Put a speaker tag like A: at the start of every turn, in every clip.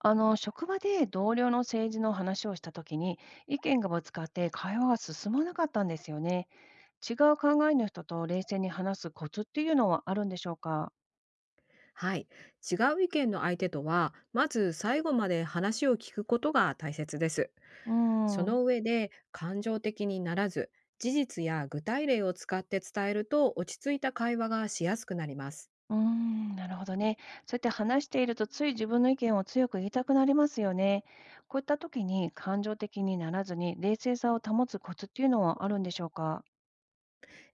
A: 職場で同僚の政治の話をしたときに、意見がぶつかって会話が進まなかったんですよね。違う考えの人と冷静に話すコツっていうのはあるんでしょうか。
B: はい。違う意見の相手とは、まず最後まで話を聞くことが大切です。
A: うー
B: そ
A: ん、
B: の上で、感情的にならず、事実や具体例を使って伝えると落ち着いた会話がしやすくなります。
A: うーん、なるほどね。そうやって話していると、つい自分の意見を強く言いたくなりますよね。こういったときに、感情的にならずに冷静さを保つコツっていうのはあるんでしょうか。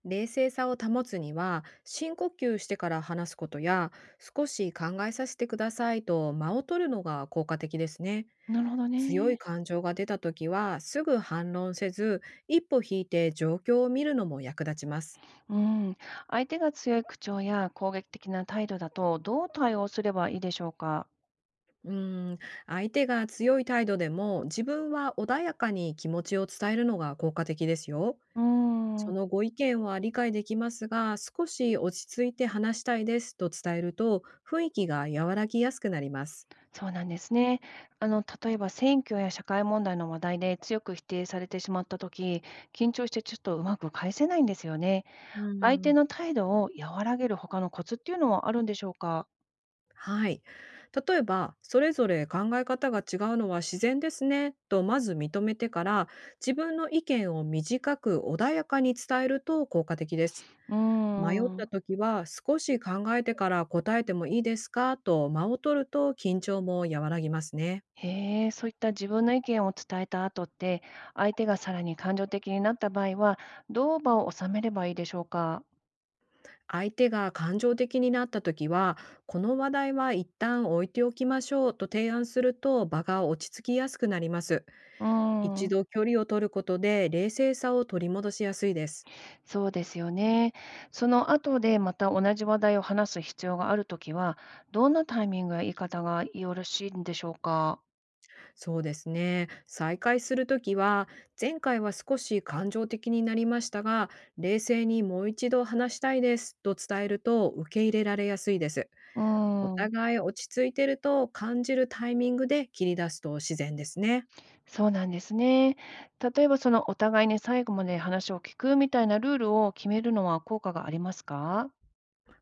B: 冷静さを保つには、深呼吸してから話すことや、少し考えさせてくださいと間を取るのが効果的ですね。
A: なるほど
B: 強い
A: ね。
B: 感情が出た時は、すぐ反論せず、一歩引いて状況を見るのも役立ちます。
A: うん。相手が強い口調や攻撃的な態度だと、どう対応すればいいでしょうか。
B: うーん、相手が強い態度でも、自分は穏やかに気持ちを伝えるのが効果的ですよ。
A: うー
B: そ
A: ん、
B: のご意見は理解できますが、少し落ち着いて話したいですと伝えると、雰囲気が和らぎやすくなります。
A: そうなんですね。例えば選挙や社会問題の話題で強く否定されてしまったとき、緊張してちょっとうまく返せないんですよね。
B: う
A: 相手
B: ん、
A: の態度を和らげる他のコツっていうのはあるんでしょうか？
B: はい。例えば、それぞれ考え方が違うのは自然ですね、とまず認めてから、自分の意見を短く穏やかに伝えると効果的です。
A: うー
B: 迷った
A: ん。
B: 時は少し考えてから答えてもいいですかと間を取ると、緊張も和らぎますね。
A: へえ、そういった自分の意見を伝えた後って、相手がさらに感情的になった場合は、どう場を収めればいいでしょうか？
B: 相手が感情的になった時は、この話題は一旦置いておきましょうと提案すると、場が落ち着きやすくなります。
A: うー
B: 一
A: ん。
B: 度距離を取ることで冷静さを取り戻しやすいです。
A: そうですよね。その後でまた同じ話題を話す必要があるときは、どんなタイミングや言い方がよろしいんでしょうか。
B: そうですね。再開する時は、前回は少し感情的になりましたが、冷静にもう一度話したいですと伝えると、受け入れられやすいです。
A: うー
B: お
A: ん、
B: 互い落ち着いてると感じるタイミングで切り出すと自然ですね。
A: そうなんですね。例えばそのお互いに最後まで話を聞くみたいなルールを決めるのは効果がありますか。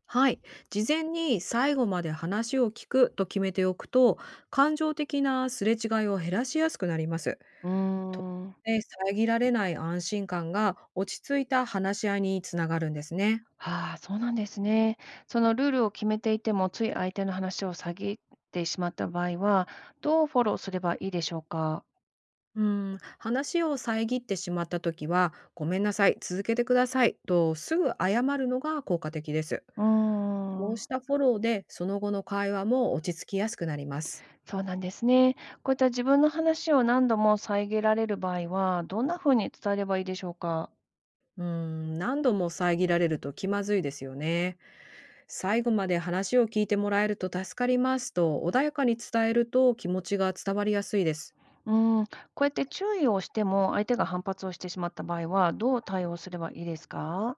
B: はい。事前に最後まで話を聞くと決めておくと、感情的なすれ違いを減らしやすくなります。
A: うーん、
B: で、遮られない安心感が落ち着いた話し合いにつながるんですね。
A: はあ、そうなんですね。そのルールを決めていても、つい相手の話を遮ってしまった場合は、どうフォローすればいいでしょうか。
B: うん、話を遮ってしまった時は、ごめんなさい、続けてくださいとすぐ謝るのが効果的です。
A: うー
B: こう
A: ん。
B: したフォローで、その後の会話も落ち着きやすくなります。
A: そうなんですね。こういった自分の話を何度も遮られる場合は、どんなふうに伝えればいいでしょうか？
B: うーん、何度も遮られると気まずいですよね。最後まで話を聞いてもらえると助かりますと穏やかに伝えると、気持ちが伝わりやすいです。
A: うん、こうやって注意をしても、相手が反発をしてしまった場合は、どう対応すればいいですか？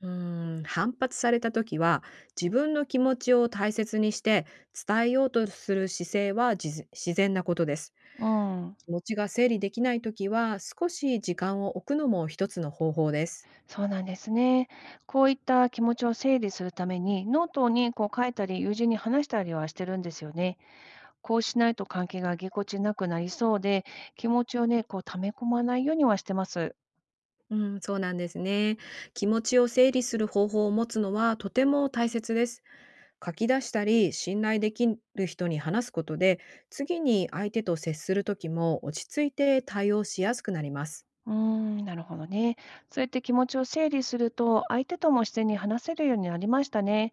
B: うーん、反発された時は、自分の気持ちを大切にして伝えようとする姿勢は然なことです。
A: うん、
B: 気持ちが整理できない時は、少し時間を置くのも一つの方法です。
A: そうなんですね。こういった気持ちを整理するために、ノートにこう書いたり、友人に話したりはしてるんですよね。こうしないと関係がぎこちなくなりそうで、気持ちをね、こう溜め込まないようにはしてます。
B: うん、そうなんですね。気持ちを整理する方法を持つのはとても大切です。書き出したり、信頼できる人に話すことで、次に相手と接する時も落ち着いて対応しやすくなります。
A: うーん、なるほどね。そうやって気持ちを整理すると、相手とも自然に話せるようになりましたね。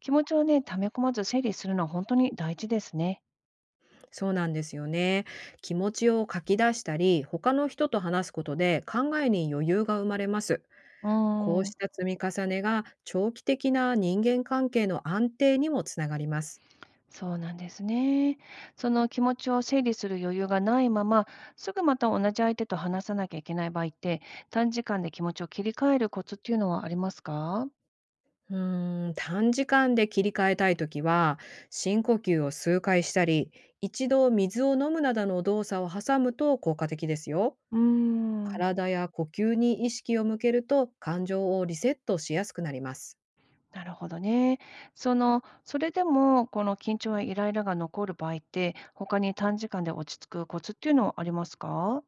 A: 気持ちをね、溜め込まず整理するのは本当に大事ですね。
B: そうなんですよね。気持ちを書き出したり、他の人と話すことで考えに余裕が生まれます。
A: うー
B: こう
A: ん、
B: した積み重ねが長期的な人間関係の安定にもつながります。
A: そうなんですね。その気持ちを整理する余裕がないまま、すぐまた同じ相手と話さなきゃいけない場合って、短時間で気持ちを切り替えるコツっていうのはありますか？
B: うーん、短時間で切り替えたいときは、深呼吸を数回したり、一度水を飲むなどの動作を挟むと効果的ですよ。
A: うーん。
B: 体や呼吸に意識を向けると、感情をリセットしやすくなります。
A: なるほどね。それでも、この緊張やイライラが残る場合って、他に短時間で落ち着くコツっていうのはありますか？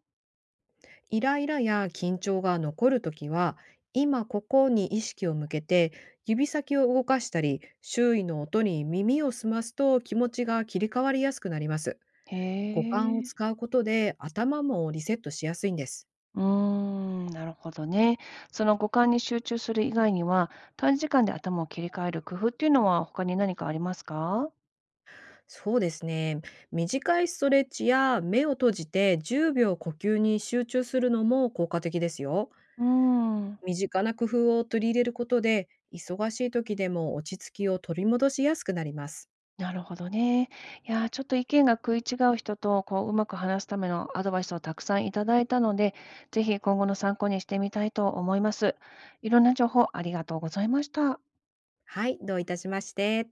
B: イライラや緊張が残るときは、今ここに意識を向けて指先を動かしたり、周囲の音に耳を澄ますと、気持ちが切り替わりやすくなります。
A: へ
B: 五感を
A: え。
B: 使うことで頭もリセットしやすいんです。
A: うーん、なるほどね。その五感に集中する以外には、短時間で頭を切り替える工夫っていうのは他に何かありますか？
B: そうですね。短いストレッチや目を閉じて10秒呼吸に集中するのも効果的ですよ。
A: うーん。
B: 身近な工夫を取り入れることで、忙しい時でも落ち着きを取り戻しやすくなります。
A: なるほどね。いやー、ちょっと意見が食い違う人と、こう、うまく話すためのアドバイスをたくさんいただいたので、ぜひ今後の参考にしてみたいと思います。いろんな情報ありがとうございました。
B: はい、どういたしまして。